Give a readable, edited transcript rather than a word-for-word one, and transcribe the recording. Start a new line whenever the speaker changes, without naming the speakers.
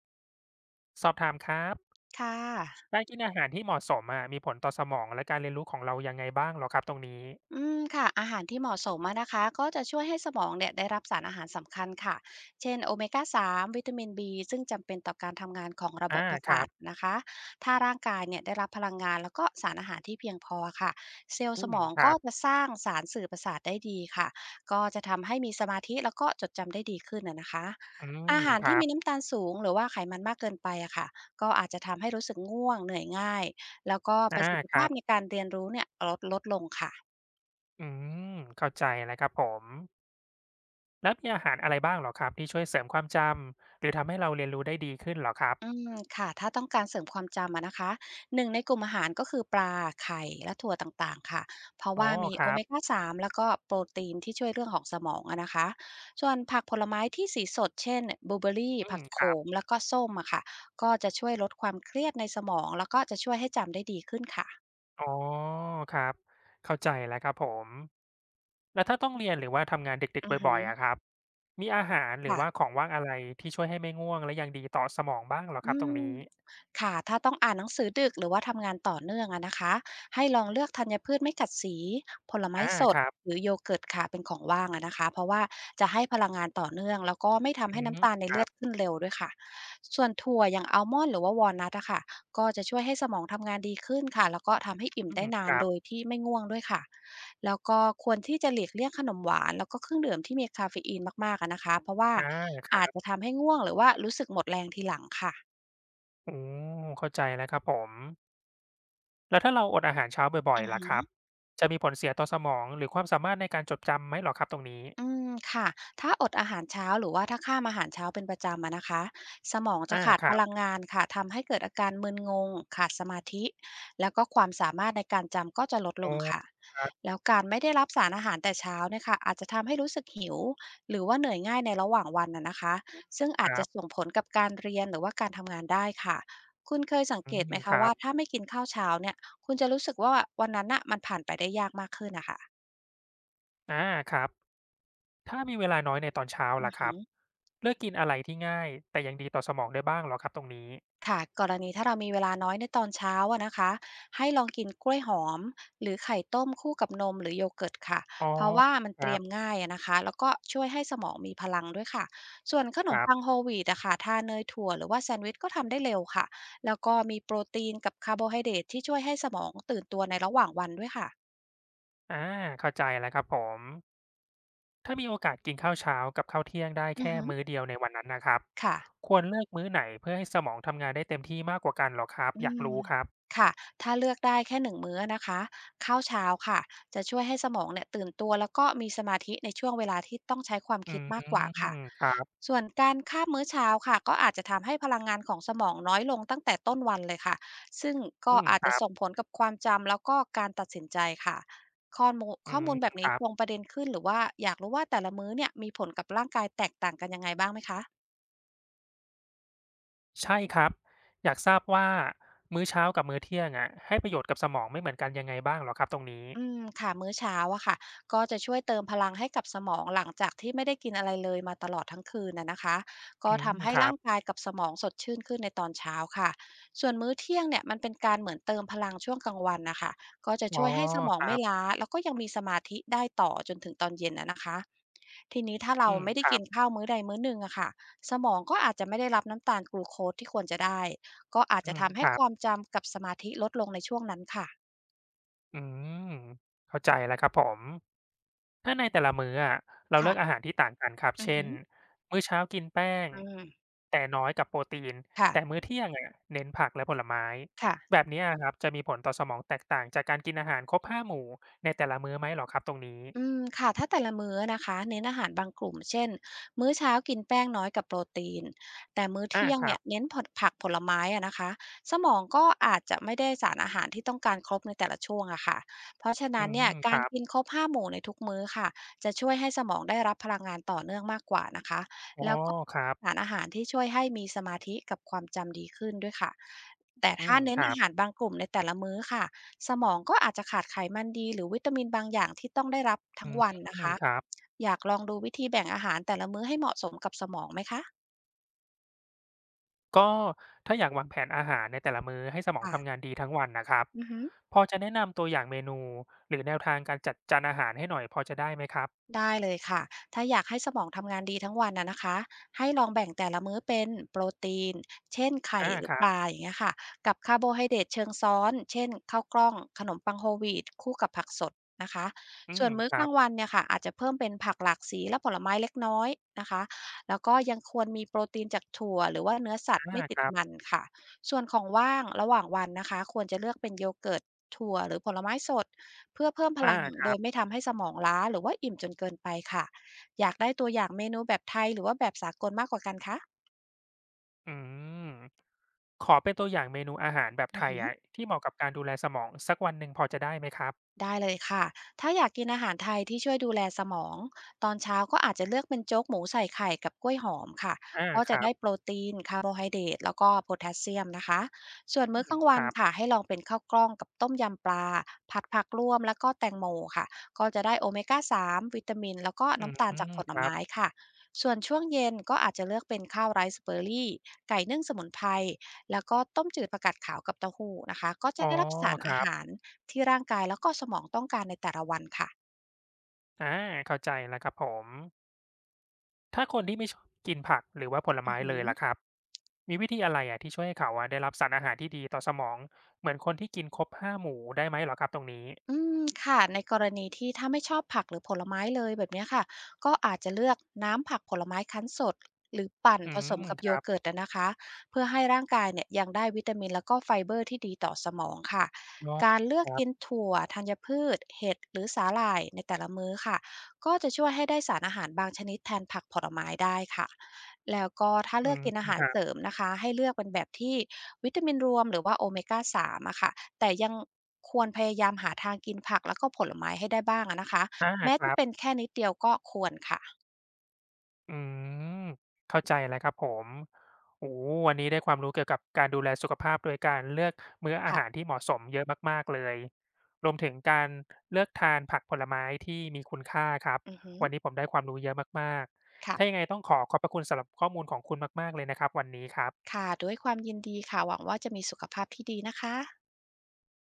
สอบถามครับ
ค่ะ
การกินอาหารที่เหมาะสมอะมีผลต่อสมองและการเรียนรู้ของเรายังไงบ้างเหรอครับตรงนี้
ค่ะอาหารที่เหมาะสมอะนะคะก็จะช่วยให้สมองเนี่ยได้รับสารอาหารสำคัญค่ะเช่นโอเมก้า3วิตามิน B ซึ่งจำเป็นต่อการทำงานของระบบ
อา
ประ
ค
สา
รั
ท
บ
นะคะถ้าร่างกายเนี่ยได้รับพลังงานแล้วก็สารอาหารที่เพียงพอค่ะเซลล์
อื
สม
ม
อง
ครั
ก็
บ
จะสร้างสารสื่อประสาทได้ดีค่ะก็จะทำให้มีสมาธิแล้วก็จดจำได้ดีขึ้นอะนะคะ
อืม
อาหาร
ค
ที่
รั
มี
บ
น้ำตาลสูงหรือว่าไขมันมากเกินไปอะค่ะก็อาจจะทำให้รู้สึกง่วงเหนื่อยง่ายแล้วก็ป
อา
ระสิทธิ
ครั
ภาพใน
บ
การเรียนรู้เนี่ยลดลงค่ะ
อืมเข้าใจแล้วครับผมแล้วมีอาหารอะไรบ้างเหรอครับที่ช่วยเสริมความจำหรือทำให้เราเรียนรู้ได้ดีขึ้นเหรอครับ
อืมค่ะถ้าต้องการเสริมความจำอะนะคะหนึ่งในกลุ่มอาหารก็คือปลาไข่และถั่วต่างๆค่ะเพราะ
อ๋อ
ว่ามี
ค
โอ
รั
เมก้า
บ
3แล้วก็โปรตีนที่ช่วยเรื่องของสมองอะนะคะส่วนผักผลไม้ที่สีสดเช่นบลูเบอรี่
อื
ผั
ม
ก
ค
โข
รับ
มแล้วก็ส้มอะค่ะก็จะช่วยลดความเครียดในสมองแล้วก็จะช่วยให้จำได้ดีขึ้นค่ะ
อ๋อครับเข้าใจแล้วครับผมแล้วถ้าต้องเรียนหรือว่าทำงานดึก
อื
ๆ
อหื
บ่
อ
อยๆอะครับมีอาหารหรือ
ค่ะ
ว่าของว่างอะไรที่ช่วยให้ไม่ง่วงและยังดีต่อสมองบ้างเหรอครั
อื
บตรง
ม
นี้
ค่ะถ้าต้องอ่านหนังสือดึกหรือว่าทำงานต่อเนื่องอะนะคะให้ลองเลือกธัญพืชไม่กัดสีผลไม้
อา
ส
ค
ด
รั
ห
บ
รือโยเกิร์ตค่ะเป็นของว่างอะนะคะเพราะว่าจะให้พลังงานต่อเนื่องแล้วก็ไม่ทำ
อื
ให้
ม
น้ำตาลใน
ค
เลื
รั
อด
บ
ขึ้นเร็วด้วยค่ะส่วนถั่วอย่างอัลมอนด์หรือว่าวอลนัทอะค่ะก็จะช่วยให้สมองทำงานดีขึ้นค่ะแล้วก็ทำให้อิ่ม
อื
ได้
ม
นา
ค
น
รั
โด
บ
ยที่ไม่ง่วงด้วยค่ะแล้วก็ควรที่จะหลีกเลี่ยงขนมหวานแล้วก็เครื่องดื่มที่มีคาเฟอีนมากๆอะนะคะเพราะว่า
อาครั
อาจจะ
บ
ทำให้ง่วงหรือว่ารู้สึกหมดแรงทีหลังค่ะ
อืมเข้าใจแล้วครับผมแล้วถ้าเราอดอาหารเช้าบ่อ
อื
ย
อ
ๆล่ะ
ฮึ
ครับ
อ
จะมีผลเสียต่อสมองหรือความสามารถในการจดจำไหมเหรอครับตรงนี้
ค่ะถ้าอดอาหารเช้าหรือว่าถ้าข้ามอาหารเช้าเป็นประจำอะนะคะสมองจะ
อา
ขาด
ค
พ
รั
ลัง
บ
งานค่ะทำให้เกิดอาการมึนงงขาดสมาธิแล้วก็ความสามารถในการจำก็จะลดล
อ๋อ
งค่ะ
ครั
แล้วการไม่ได้รับสารอาหารแต่เช้าเนี่ยค่ะอาจจะทำให้รู้สึกหิวหรือว่าเหนื่อยง่ายในระหว่างวันน่ะนะคะซึ่ง
บ
อาจจะ
ๆ
ส่งผลกับการเรียนหรือว่าการทำงานได้ค่ะคุณเคยสัง
อื
เกต
ม
ไหม
ค
คะ
รั
ว่า
บ
ถ้าไม่กินข้าวเช้าเนี่ยคุณจะรู้สึกว่าวันนั้นน่ะมันผ่านไปได้ยากมากขึ้นนะคะ
อาครับถ้ามีเวลาน้อยในตอนเช้าล่ะครับเลือกกินอะไรที่ง่ายแต่ยังดีต่อสมองได้บ้างเหรอครับตรงนี้
ค่ะกรณีถ้าเรามีเวลาน้อยในตอนเช้าอะนะคะให้ลองกินกล้วยหอมหรือไข่ต้มคู่กับนมหรือโยเกิร์ตค่ะ
อ๋อ
เพราะว่ามัน
ค
เต
รั
รียม
บ
ง่ายอะนะคะแล้วก็ช่วยให้สมองมีพลังด้วยค่ะส่วนขนมปังโฮลวีตอะค่ะทาเนยถั่วหรือว่าแซนด์วิชก็ทำได้เร็วค่ะแล้วก็มีโปรตีนกับคาร์โบไฮเดรตที่ช่วยให้สมองตื่นตัวในระหว่างวันด้วยค่ะ
ๆอาเข้าใจแล้วครับผม ถ้ามีโอกาสกินข้าวเช้ากับข้าวเที่ยงได้
อือ
แค่
ฮึ
มื้อเดียวในวันนั้นนะครับ
ค่ะ
ควรเลือกมื้อไหนเพื่อให้สมองทำงานได้เต็มที่มากกว่ากันเหรอครับ
อื
อยาก
ม
รู้ครับ
ค่ะถ้าเลือกได้แค่หนึ่งมื้อนะคะข้าวเช้าค่ะจะช่วยให้สมองเนี่ยตื่นตัวแล้วก็มีสมาธิในช่วงเวลาที่ต้องใช้ความ
อื
คิด
ม
มากกว่าค่ะ
ครับ
ส่วนการข้ามมื้อเช้าค่ะก็อาจจะทำให้พลังงานของสมองน้อยลงตั้งแต่ต้นวันเลยค่ะซึ่งก็
อืม
อาจ
ค
จะ
รับ
ส่งผลกับความจำแล้วก็การตัดสินใจค่ะ
อื
ข้อ
ม
มูลแบบ
ค
นี้
รั
ต
บ
รงประเด็นขึ้นหรือว่าอยากรู้ว่าแต่ละมื้อเนี่ยมีผลกับร่างกายแตกต่างกันยังไงบ้างไหมคะ
ใช่ครับอยากทราบว่ามื้อเช้ากับมื้อเที่ยงอะให้ประโยชน์กับสมองไม่เหมือนกันยังไงบ้างเหรอครับตรงนี้
ค่ะมื้อเช้าอะค่ะก็จะช่วยเติมพลังให้กับสมองหลังจากที่ไม่ได้กินอะไรเลยมาตลอดทั้งคืนน่ะนะคะก็
อืม
ทำให้
ครั
ร่า
บ
งกายกับสมองสดชื่นขึ้นในตอนเช้าค่ะส่วนมื้อเที่ยงเนี่ยมันเป็นการเหมือนเติมพลังช่วงกลางวันนะคะก็จะ
อ๋
ช่
อ
วยให้สมอง
ครั
ไม่
บ
ล้าแล้วก็ยังมีสมาธิได้ต่อจนถึงตอนเย็นอะนะคะทีนี้ถ้าเรา
อืม
ไม่ได้
ครั
กิ
บ
นข้าวมื้อใดมื้อหนึ่งอะค่ะสมองก็อาจจะไม่ได้รับน้ำตาลกลูโคสที่ควรจะได้ก็อาจ
อื
จะ
ม
ทำ
ค
ให้
รั
ควา
บ
มจำกับสมาธิลดลงในช่วงนั้นค่ะ
อืมเข้าใจแล้วครับผมถ้าในแต่ละมื้ออะเราเลือกอา
ค่ะ
หารที่ต่างกันครับ
อือ
เช่
หื
นมื้อเช้ากินแป้ง
ออืม
แต่น้อยกับโปรตีนแต่
ค่ะ
มื้อเที่ยงอะเน้นผักและผลไม้
ค่ะ
แบบเนี้ยะครับจะมีผลต่อสมองแตกต่างจากการกินอาหารครบห้าหมู่ในแต่ละมื้อไหมเหรอครับตรงนี้
อืมค่ะถ้าแต่ละมื้อนะคะเน้นอาหารบางกลุ่มเช่นมื้อเช้ากินแป้งน้อยกับโปรตีนแต่มื้อ
อา
เที่ยง
ครั
เนี่
บ
ยเน้นผลผักผลไม้อะนะคะสมองก็อาจจะไม่ได้สารอาหารที่ต้องการครบในแต่ละช่วงอะค่ะเพราะฉะ
อื
นั้นเนี่ย
มค
การ
รับ
กินครบ5หมู่ในทุกมื้อค่ะจะช่วยให้สมองได้รับพลังงานต่อเนื่องมากกว่านะคะ
อ๋อ
แล้วก็
ครับ
สารอาหารที่ช่วยให้มีสมาธิกับความจำดีขึ้นด้วยค่ะแต่
อื
ถ้า
ม
เน้
ค
น
รั
อา
บ
หารบางกลุ่มในแต่ละมื้อค่ะ สมองก็อาจจะขาดไขมันดีหรือวิตามินบางอย่างที่ต้องได้รับ
อื
ทั้ง
ม
วันนะคะ
ครับ
อยากลองดูวิธีแบ่งอาหารแต่ละมื้อให้เหมาะสมกับสมองไหมคะ
ก็ถ้าอยากวางแผนอาหารในแต่ละมื้อให้สมอง
ค่ะ
ทำงานดีทั้งวันนะครับ
อือฮึ
พอจะแนะนำตัวอย่างเมนูหรือแนวทางการจัดจานอาหารให้หน่อยพอจะได้ไหมครับ
ได้เลยค่ะ ถ้าอยากให้สมองทำงานดีทั้งวันนะคะให้ลองแบ่งแต่ละมื้อเป็นโปรตีน เช่นไข่
อา
หรื
ค
อ
รั
ปลา
บ
อย่างเงี้ยค่ะกับคาร์โบไฮเดรตเชิงซ้อน เช่นข้าวกล้องขนมปังโฮลวีตคู่กับผักสดนะคะ
อื
ส่ว
ม
นมื้อ
ค
ก
รั
ลาง
บ
วันเนี่ยค่ะอาจจะเพิ่มเป็นผักหลากสีและผลไม้เล็กน้อยนะคะแล้วก็ยังควรมีโปรตีนจากถั่วหรือว่าเนื้อสัตว์
อา
ไม่ติ
ค
ด
รับ
มันค่ะส่วนของว่างระหว่างวันนะคะควรจะเลือกเป็นโยเกิร์ตถั่วหรือผลไม้สด เพื่อเพิ่มพ
อ่า
ลัง
ค
โด
รั
ยไม่
บ
ทำให้สมองล้าหรือว่าอิ่มจนเกินไปค่ะอยากได้ตัวอย่างเมนูแบบไทยหรือว่าแบบสากลมากกว่ากันคะ
อืมขอเป็นตัวอย่างเมนูอาหารแบบ
อื
ไท
อ
ย
ฮึ
อะที่เหมาะกับการดูแลสมองสักวันหนึ่งพอจะได้ไหมครับ
ได้เลยค่ะ ถ้าอยากกินอาหารไทยที่ช่วยดูแลสมอง ตอนเช้าก็อาจจะเลือกเป็นโจ๊กหมูใส่ไข่กับกล้วยหอมค่ะ
อ่า
ก็
ค
จะ
รั
ได้
บ
โปรตีน คาร์โบไฮเดรตแล้วก็โพแทสเซียมนะคะส่วน
อื
มื้อกลา
ม
ง
ค
วัน
รับ
ค่ะให้ลองเป็นข้าวกล้องกับต้มยำปลา ผัดผักรวมแล้วก็แตงโมค่ะ ก็จะได้โอเมก้า3วิตามินแล้วก็
อื
น้ำตาลจาก
ม
ผล
ครับ
ไม้ค่ะส่วนช่วงเย็นก็อาจจะเลือกเป็นข้าวไรซ์เบอร์รี่ไก่นึ่งสมุนไพรแล้วก็ต้มจืดผักกาดขาวกับเต้าหู้นะคะก็จะ
อ๋อ
ได้รับสาร
ค
อา
รั
หา
บ
ร ที่ร่างกายแล้วก็สมองต้องการในแต่ละวันค่ะ
อาเข้าใจแล้วครับผม ถ้าคนที่ไม่ชอบกินผักหรือว่าผล
อือ
ไม้
ฮึ
เลยล่ะครับ มีวิธีอะไรอะที่ช่วยให้เขาอะได้รับสารอาหารที่ดีต่อสมอง เหมือนคนที่กินครบห้าหมู่ได้ไหมเหรอครับตรงนี้
อืมค่ะในกรณีที่ถ้าไม่ชอบผักหรือผลไม้เลยแบบเนี้ยค่ะก็อาจจะเลือกน้ำผักผลไม้คั้นสดหรือปั่น
อื
ผส
ม
มกับ
ค
โย
รับ
เกิร์ตอะนะคะเพื่อให้ร่างกายเนี่ยยังได้วิตามินแล้วก็ไฟเบอร์ที่ดีต่อสมองค่ะ
อ๋อ
การเลือ
ค
ก
รับ
กินถั่วธัญพืชเห็ดหรือสาหร่ายในแต่ละมื้อค่ะก็จะช่วยให้ได้สารอาหารบางชนิดแทนผักผลไม้ได้ค่ะแล้วก็ถ้า
อื
เลือก
ม
กินอาหา
ค
ร
รั
เสริ
บ
มนะคะให้เลือกเป็นแบบที่วิตามินรวมหรือว่าโอเมก้า3อะค่ะ แต่ยังควรพยายามหาทางกินผักแล้วก็ผลไม้ให้ได้บ้างอะนะคะ
อา
แม้
ค
จะ
รับ
เป็นแค่นิดเดียวก็ควรค่ะ
อืมเข้าใจแล้วครับผมโอ้โฮวันนี้ได้ความรู้เกี่ยวกับการดูแลสุขภาพโดยการเลือกมื้ออาหาร
ค่ะ
ที่เหมาะสมเยอะมากๆเลยรวมถึงการเลือกทานผักผลไม้ที่มีคุณค่าครับ
อือฮึ
วันนี้ผมได้ความรู้เยอะมากๆถ้ายัง
ค่ะ
ไงต้องขอขอบพระคุณสำหรับข้อมูลของคุณมากๆเลยนะครับวันนี้ครับ
ค่ะด้วยความยินดีค่ะหวังว่าจะมีสุขภาพที่ดีนะคะ